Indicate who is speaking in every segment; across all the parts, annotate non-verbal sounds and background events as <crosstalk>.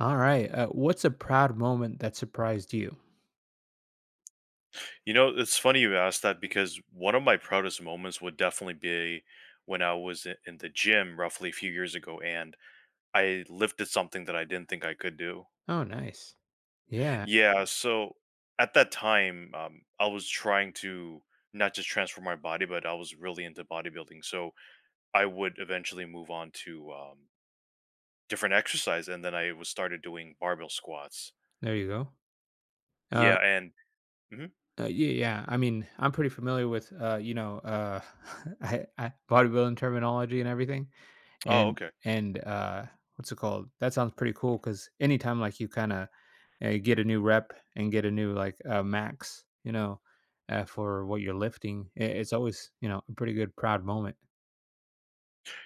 Speaker 1: All right. What's a proud moment that surprised you?
Speaker 2: You know, it's funny you asked that because one of my proudest moments would definitely be when I was in the gym roughly a few years ago and I lifted something that I didn't think I could do.
Speaker 1: Oh, nice. Yeah.
Speaker 2: Yeah, so at that time, I was trying to not just transform my body, but I was really into bodybuilding. So I would eventually move on to different exercise and then I was started doing barbell squats.
Speaker 1: There you go. Uh,
Speaker 2: Yeah, and mhm.
Speaker 1: yeah, yeah. I mean, I'm pretty familiar with, you know, <laughs> bodybuilding terminology and everything,
Speaker 2: Oh,
Speaker 1: and
Speaker 2: okay.
Speaker 1: and uh, what's it called? That sounds pretty cool because anytime like you kind of get a new rep and get a new like max, you know, for what you're lifting, I it's always you know a pretty good proud moment.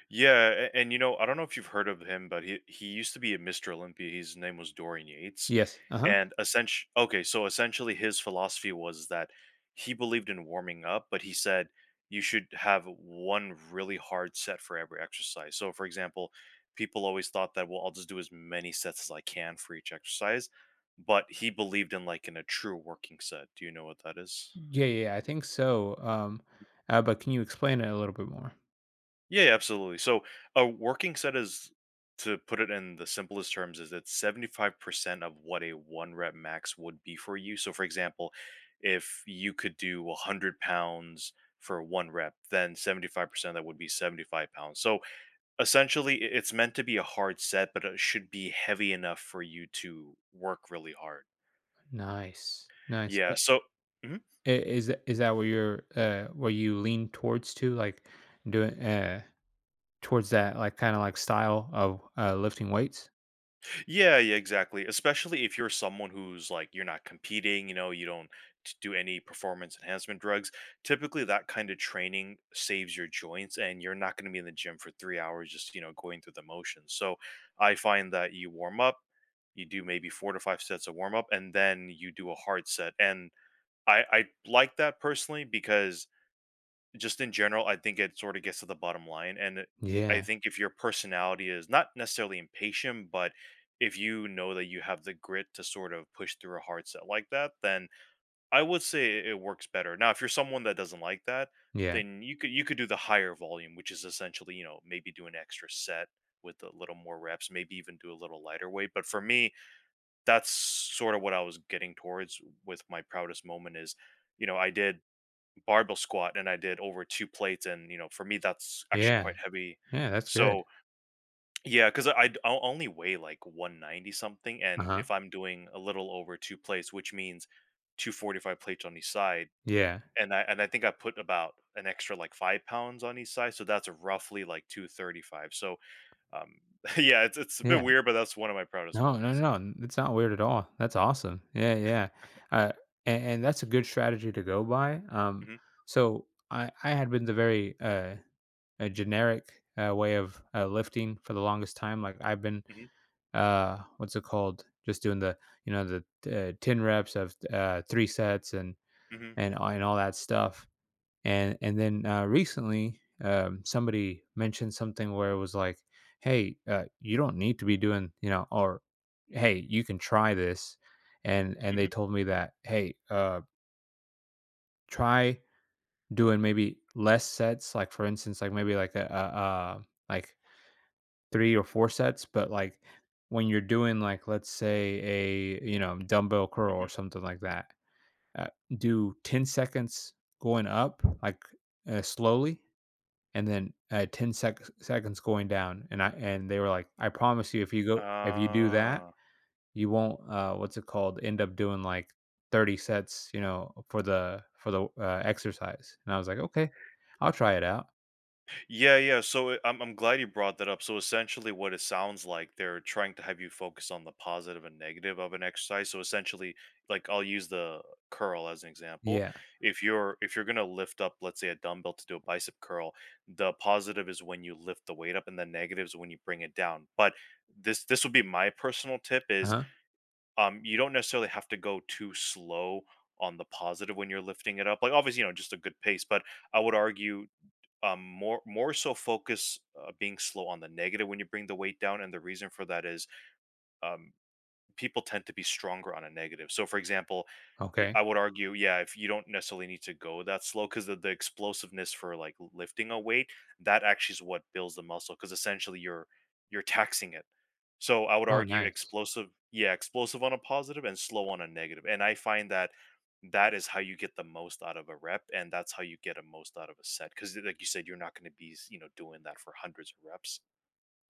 Speaker 2: Yeah, and you know, I don't know if you've heard of him, but he used to be a Mr. Olympia. His name was Dorian Yates,
Speaker 1: Yes. Uh huh.
Speaker 2: and essentially, okay, so essentially, his philosophy was that he believed in warming up, but he said you should have one really hard set for every exercise. So, for example, people always thought that, well, I'll just do as many sets as I can for each exercise, but he believed in like in a true working set. Do you know what that is?
Speaker 1: Yeah, I think so. But can you explain it a little bit more?
Speaker 2: Yeah, yeah, absolutely. So a working set is, to put it in the simplest terms, is it's 75% of what a one rep max would be for you. So, for example, if you could do 100 pounds for one rep, then 75% of that would be 75 pounds. So essentially, it's meant to be a hard set, but it should be heavy enough for you to work really hard.
Speaker 1: Nice, nice.
Speaker 2: Yeah.
Speaker 1: Uh,
Speaker 2: So, mhm.
Speaker 1: i- Is tha- is that where you're where you lean towards to like doing towards that like kind of like style of lifting weights?
Speaker 2: Yeah, yeah, exactly. Especially if you're someone who's like you're not competing, you know, you don't do any performance enhancement drugs. Typically, that kind of training saves your joints, and you're not going to be in the gym for 3 hours just you know going through the motions. So, I find that you warm up, you do maybe four to five sets of warm up, and then you do a hard set. And I like that personally because just in general, I think it sort of gets to the bottom line, and it I
Speaker 1: Yeah,
Speaker 2: think if your personality is not necessarily impatient, but if you know that you have the grit to sort of push through a hard set like that, then I would say it works better. Now, if you're someone that doesn't like that,
Speaker 1: yeah,
Speaker 2: then you could do the higher volume, which is essentially, you know, maybe do an extra set with a little more reps, maybe even do a little lighter weight. But for me, that's sort of what I was getting towards with my proudest moment is, you know, I did barbell squat and I did over 2 plates and, you know, for me, that's actually
Speaker 1: yeah,
Speaker 2: quite heavy.
Speaker 1: yeah. That's
Speaker 2: So,
Speaker 1: good.
Speaker 2: yeah because I only weigh like 190 something,
Speaker 1: Uh
Speaker 2: and
Speaker 1: huh.
Speaker 2: if I'm doing a little over 2 plates, which means 245 plates on each side,
Speaker 1: Yeah,
Speaker 2: and I think I put about an extra like 5 pounds on each side, so that's roughly like 235. So, um, <laughs> yeah, it's a bit
Speaker 1: yeah.
Speaker 2: weird, but that's one of my proudest
Speaker 1: No, no,
Speaker 2: moments.
Speaker 1: no. It's not weird at all. That's awesome. Yeah, yeah. Uh, and that's a good strategy to go by. Um,
Speaker 2: Mhm,
Speaker 1: so I I had been the very a generic way of lifting for the longest time. Like I've been,
Speaker 2: mhm,
Speaker 1: what's it called? Just doing the, you know, the ten reps of three sets and
Speaker 2: mhm,
Speaker 1: and all that stuff. And then Recently, somebody mentioned something where it was like, hey, you don't need to be doing, you know, or hey, you can try this. And they
Speaker 2: mhm,
Speaker 1: told me that, hey, try doing maybe less sets. Like for instance, like maybe like a like 3 or 4 sets, but, like, when you're doing, like, let's say a, you know, dumbbell curl
Speaker 2: mhm.
Speaker 1: or something like that, uh, do 10 seconds going up, like, slowly, and then, 10 seconds going down, and I and they were like, "I promise you if you go if you do that,
Speaker 2: Ah.
Speaker 1: you won't, what's it called, end up doing, like, 30 sets, you know, for the, exercise." And I was like, "Okay, I'll try it out."
Speaker 2: Yeah, yeah. So I'm glad you brought that up. So essentially, what it sounds like they're trying to have you focus on the positive and negative of an exercise. So essentially, like I'll use the curl as an example.
Speaker 1: Yeah.
Speaker 2: If you're gonna lift up, let's say a dumbbell to do a bicep curl, the positive is when you lift the weight up, and the negative is when you bring it down. But this would be my personal tip is
Speaker 1: Uh-huh.
Speaker 2: you don't necessarily have to go too slow on the positive when you're lifting it up. Like obviously, you know, just a good pace, but I would argue more so focus being slow on the negative when you bring the weight down and the reason for that is um, people tend to be stronger on a negative so for example
Speaker 1: Okay.
Speaker 2: I would argue, yeah, if you don't necessarily need to go that slow, because the explosiveness for like lifting a weight, that actually is what builds the muscle, because essentially you're taxing it. So I would
Speaker 1: Oh,
Speaker 2: argue
Speaker 1: nice.
Speaker 2: explosive, yeah, explosive on a positive and slow on a negative. And I find that that is how you get the most out of a rep, and that's how you get the most out of a set. Because like you said, you're not going to be, you know, doing that for hundreds of reps.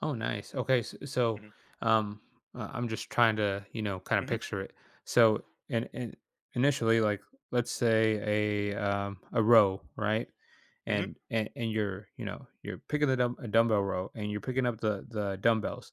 Speaker 1: Oh, nice. Okay, so
Speaker 2: Hmm.
Speaker 1: um, I'm just trying to, you know, kind of
Speaker 2: Hmm.
Speaker 1: picture it. So, and initially, like, let's say a row, right?
Speaker 2: Hmm.
Speaker 1: And, and you're, you know, you're picking a dumbbell row, and you're picking up the dumbbells.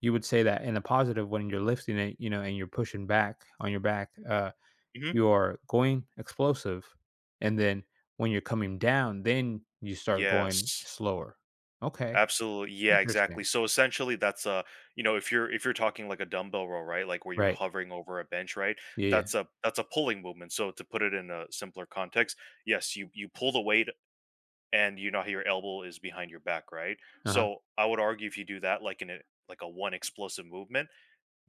Speaker 1: You would say that in the positive, when you're lifting it, you know, and you're pushing back on your back,
Speaker 2: Hmm.
Speaker 1: you are going explosive, and then when you're coming down, then you start going
Speaker 2: Yes.
Speaker 1: slower. Okay,
Speaker 2: Absolutely. Yeah, exactly.
Speaker 1: interesting.
Speaker 2: So essentially that's a, you know, if you're talking like a dumbbell row, right? Like where you're
Speaker 1: Right.
Speaker 2: hovering over a bench, right?
Speaker 1: Yeah, yeah.
Speaker 2: That's a pulling movement. So to put it in a simpler context, yes, you pull the weight and you know how your elbow is behind your back, right?
Speaker 1: Uh-huh,
Speaker 2: So I would argue if you do that like in a like a one explosive movement,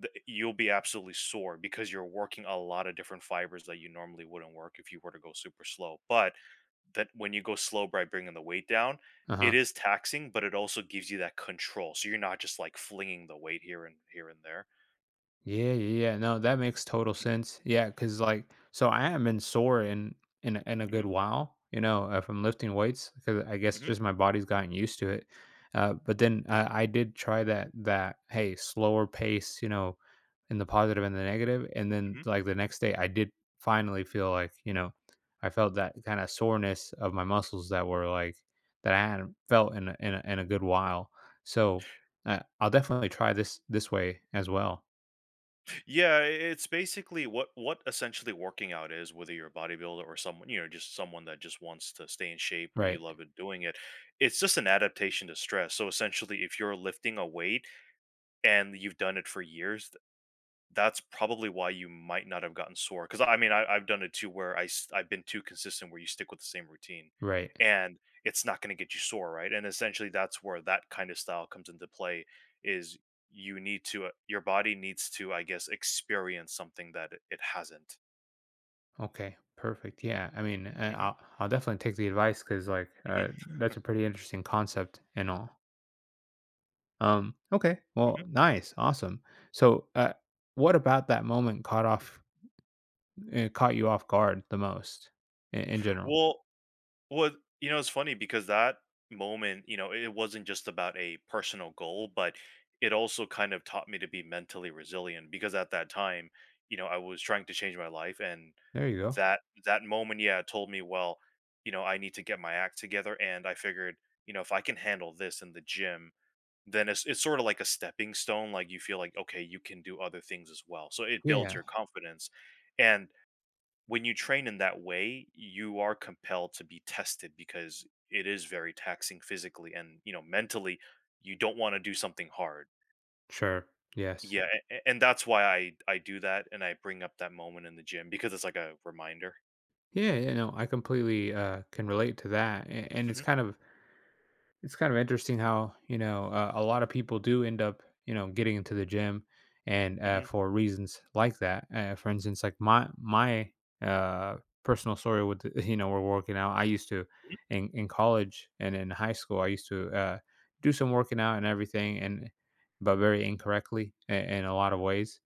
Speaker 2: the you'll be absolutely sore because you're working a lot of different fibers that you normally wouldn't work if you were to go super slow. But that when you go slow by bringing the weight down, it
Speaker 1: uh-huh.
Speaker 2: is taxing, but it also gives you that control. So you're not just like flinging the weight here and here and there.
Speaker 1: Yeah, yeah, yeah. No, that makes total
Speaker 2: Hmm.
Speaker 1: sense. Yeah, because like, so I haven't been sore in in a
Speaker 2: Hmm.
Speaker 1: good while, you know, from lifting weights because I guess
Speaker 2: Hmm.
Speaker 1: just my body's gotten used to it. But then I did try that hey slower pace, you know, in the positive and the negative, and then
Speaker 2: Hmm.
Speaker 1: like the next day I did finally feel like you know I felt that kind of soreness of my muscles that were like that I hadn't felt in a good while. So I'll definitely try this way as well.
Speaker 2: Yeah, it's basically what essentially working out is, whether you're a bodybuilder or someone, you know, just someone that just wants to stay in shape or you
Speaker 1: Right,
Speaker 2: love it doing it. It's just an adaptation to stress. So essentially, if you're lifting a weight and you've done it for years, that's probably why you might not have gotten sore. Because I mean, I've done it too, where I have been too consistent, where you stick with the same routine,
Speaker 1: right.
Speaker 2: and it's not going to get you sore, right? And essentially, that's where that kind of style comes into play. Is you need to, your body needs to, I guess, experience something that it hasn't.
Speaker 1: Okay, perfect. Yeah, I mean, uh,
Speaker 2: Hmm.
Speaker 1: I'll I'll definitely take the advice because
Speaker 2: Hmm.
Speaker 1: that's a pretty interesting concept and all. Okay, well,
Speaker 2: Hmm.
Speaker 1: nice, awesome. So, what about that moment caught off caught you off guard the most in general?
Speaker 2: Well, Well, you know, it's funny because that moment, you know, it wasn't just about a personal goal, but it also kind of taught me to be mentally resilient because at that time, you know, I was trying to change my life and
Speaker 1: There you go.
Speaker 2: that moment, yeah, told me, well, you know, I need to get my act together and I figured, you know, if I can handle this in the gym, then it's sort of like a stepping stone like you feel like okay, you can do other things as well. So it builds
Speaker 1: Yeah,
Speaker 2: your confidence. And when you train in that way, you are compelled to be tested because it is very taxing physically and you know mentally. You don't want to do something hard.
Speaker 1: sure. Yes.
Speaker 2: Yeah, and that's why I do that and I bring up that moment in the gym because it's like a reminder.
Speaker 1: Yeah, you know, I completely can relate to that, and
Speaker 2: Hmm.
Speaker 1: it's kind of interesting how, you know, a lot of people do end up, you know, getting into the gym and
Speaker 2: Hmm.
Speaker 1: for reasons like that. For instance, like my uh, personal story with, <laughs> you know, we're working out. I used to in college and in high school, I used to do some working out and everything, and but very incorrectly in a lot of ways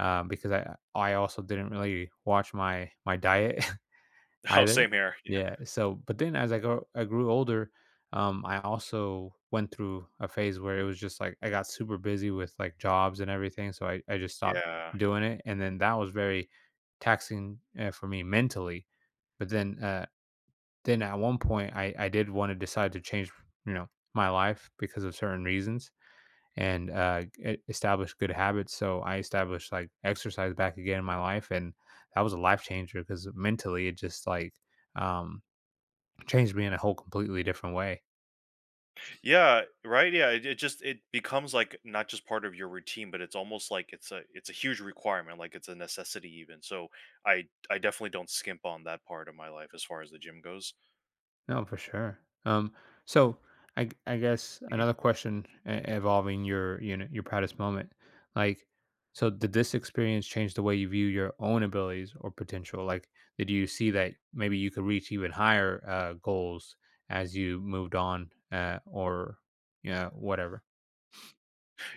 Speaker 1: because I also didn't really watch my diet
Speaker 2: <laughs> Oh,
Speaker 1: Either?
Speaker 2: same here. Yeah.
Speaker 1: Yeah, so but then as I grew older, I also went through a phase where it was just, like, I got super busy with, like, jobs and everything, so I just stopped
Speaker 2: Yeah.
Speaker 1: doing it, and then that was very taxing, eh, for me mentally, but then at one point, I did wanna decide to change, you know, my life because of certain reasons and, e establish good
Speaker 2: Mhm.
Speaker 1: habits, so I established, like, exercise back again in my life, and that was a life changer because mentally it just, like, um changed me in a whole completely different way.
Speaker 2: Yeah, right. Yeah, it just it becomes like not just part of your routine, but it's almost like it's a huge requirement, like it's a necessity even. So I definitely don't skimp on that part of my life as far as the gym goes.
Speaker 1: No, for sure. Um, so I guess
Speaker 2: Mhm.
Speaker 1: another question involving your, you know, your proudest moment, like, so did this experience change the way you view your own abilities or potential? Like, did you see that maybe you could reach even higher goals as you moved on, or yeah, whatever?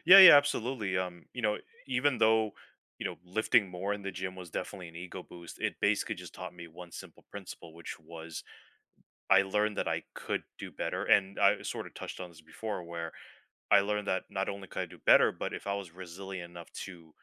Speaker 2: Yeah, yeah, absolutely. You know, even though, you know, lifting more in the gym was definitely an ego boost, it basically just taught me one simple principle, which was I learned that I could do better. And I sort of touched on this before where I learned that not only could I do better, but if I was resilient enough to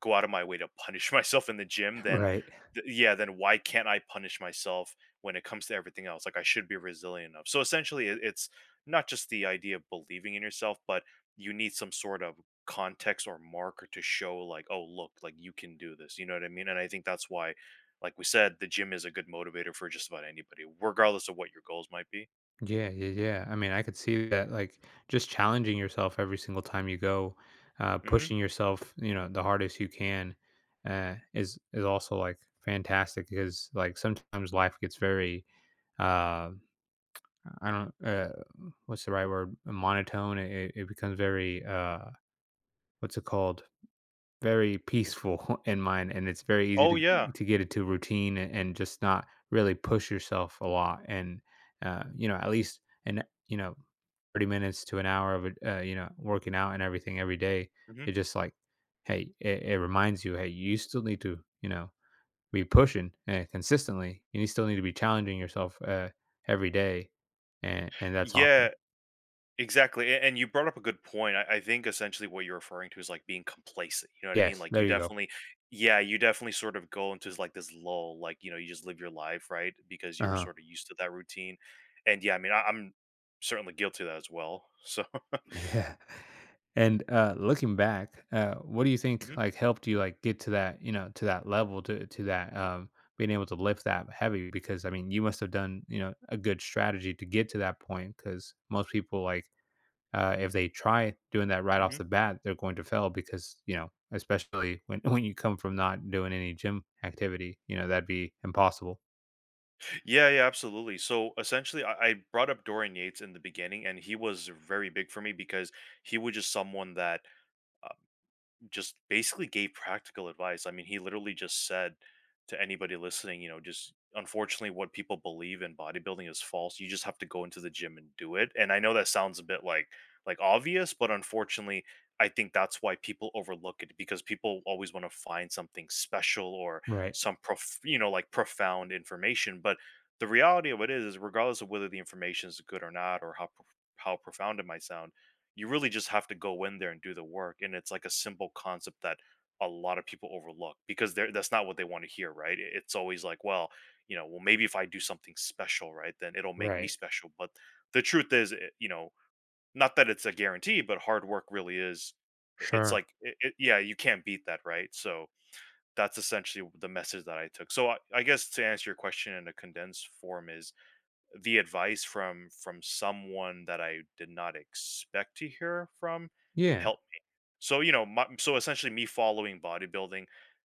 Speaker 2: go out of my way to punish <laughs> myself in the gym,
Speaker 1: <laughs>
Speaker 2: then
Speaker 1: Right.
Speaker 2: yeah, then why can't I punish myself when it comes to everything else? Like I should be resilient enough. So essentially, it's not just the idea of believing in yourself, but you need some sort of context or marker to show like, oh, look, like you can do this. You know what I mean? And I think that's why, like we said, the gym is a good motivator for just about anybody, regardless of what your goals might be.
Speaker 1: Yeah, yeah, yeah. I mean, I could see that, like, just challenging yourself every single time you go,
Speaker 2: Hmm.
Speaker 1: pushing yourself, you know, the hardest you can, is also like fantastic because, like, sometimes life gets very, uh, I don't, what's the right word? Monotone. It becomes very, what's it called? Very peaceful <laughs> in mine, and it's very easy
Speaker 2: Oh yeah.
Speaker 1: to get into routine and just not really push yourself a lot, and, you know, at least in, you know, 30 minutes to an hour of it, you know, working out and everything every day,
Speaker 2: Hmm.
Speaker 1: it just like, hey, it reminds you, "Hey, you still need to, you know, be pushing, eh, consistently, you still need to be challenging yourself, every day," and that's
Speaker 2: Yeah,
Speaker 1: awesome.
Speaker 2: exactly, and you brought up a good point. I think essentially what you're referring to is like being complacent. You know what I mean?
Speaker 1: Yes,
Speaker 2: Like
Speaker 1: there
Speaker 2: you
Speaker 1: you go.
Speaker 2: definitely, yeah, you definitely sort of go into like this lull. Like you know, you just live your life, right? Because you're
Speaker 1: uh
Speaker 2: sort of used to that routine. And yeah, I mean, I'm certainly guilty of that as well. So, <laughs>
Speaker 1: Yeah. And looking back, what do you
Speaker 2: mhm,
Speaker 1: think like helped you like get to that, you know, to that level to that being able to lift that heavy because I mean, you must have done, you know, a good strategy to get to that point cuz most people like if they try doing that right off
Speaker 2: mhm.
Speaker 1: the bat, they're going to fail because, you know, especially when <laughs> when you come from not doing any gym activity, you know, that'd be impossible.
Speaker 2: Yeah, yeah, absolutely. So essentially, I brought up Dorian Yates in the beginning, and he was very big for me because he was just someone that. Just basically gave practical advice. I mean, he literally just said to anybody listening, you know, just unfortunately what people believe in bodybuilding is false. You just have to go into the gym and do it. And I know that sounds a bit like obvious, but unfortunately, I think that's why people overlook it because people always want to find something special or
Speaker 1: Right.
Speaker 2: some prof, you know, like profound information, but the reality of it is regardless of whether the information is good or not or how how profound it might sound you really just have to go in there and do the work and it's like a simple concept that a lot of people overlook because they're that's not what they want to hear right. It's always like well you know well maybe if I do something special right then it'll make me
Speaker 1: Right.
Speaker 2: special but the truth is you know not that it's a guarantee but hard work really is it's
Speaker 1: Sure.
Speaker 2: like yeah you can't beat that right so that's essentially the message that I took so I guess to answer your question in a condensed form is the advice from someone that I did not expect to hear from
Speaker 1: Yeah.
Speaker 2: helped me. So you know, my, so essentially, me following bodybuilding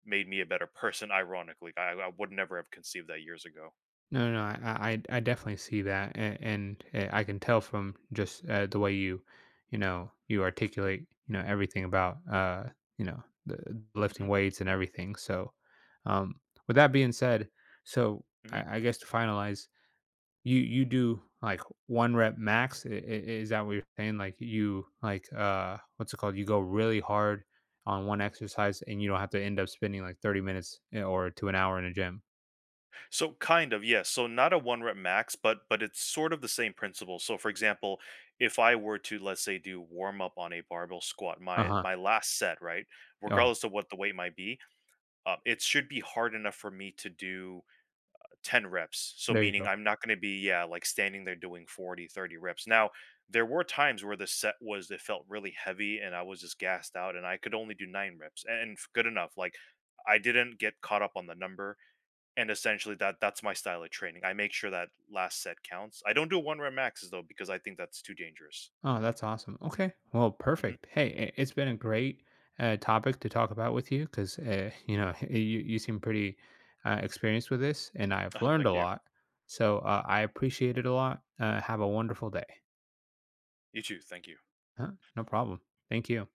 Speaker 2: made me a better person. Ironically, I would never have conceived that years ago.
Speaker 1: No, I definitely see that, and eh, I can tell from just the way you, you know, you articulate, you know, everything about, you know, the lifting
Speaker 2: Hmm.
Speaker 1: weights and everything. So, um, with that being said, so
Speaker 2: Hmm.
Speaker 1: I, I guess to finalize, you do like one rep max. Is that what you're saying? Like you like what's it called? You go really hard on one exercise, and you don't have to end up spending like 30 minutes eh, or to an hour in a gym.
Speaker 2: So kind of yes. So not a one rep max, but it's sort of the same principle. So for example, if I were to let's say do warm up on a barbell squat,
Speaker 1: Uh
Speaker 2: my
Speaker 1: huh.
Speaker 2: my last set, right,
Speaker 1: Oh,
Speaker 2: regardless of what the weight might be, it should be hard enough for me to do 10 reps. So
Speaker 1: there you
Speaker 2: meaning
Speaker 1: go.
Speaker 2: I'm not going to be yeah, like standing there doing 40, 30 reps. Now, there were times where the set was it felt really heavy and I was just gassed out and I could only do 9 reps and good enough. Like I didn't get caught up on the number and essentially that's my style of training. I make sure that last set counts. I don't do one rep maxes though because I think that's too dangerous.
Speaker 1: Oh, that's awesome. Okay. Well,
Speaker 2: Mhm.
Speaker 1: perfect. Hey, it's been a great topic to talk about with you because, you know, <laughs> you seem pretty experienced with this and I've
Speaker 2: Oh,
Speaker 1: learned
Speaker 2: thank
Speaker 1: a
Speaker 2: you.
Speaker 1: lot. So I appreciate it a lot. Have a wonderful day.
Speaker 2: You too. Thank you.
Speaker 1: Huh? No problem. Thank you.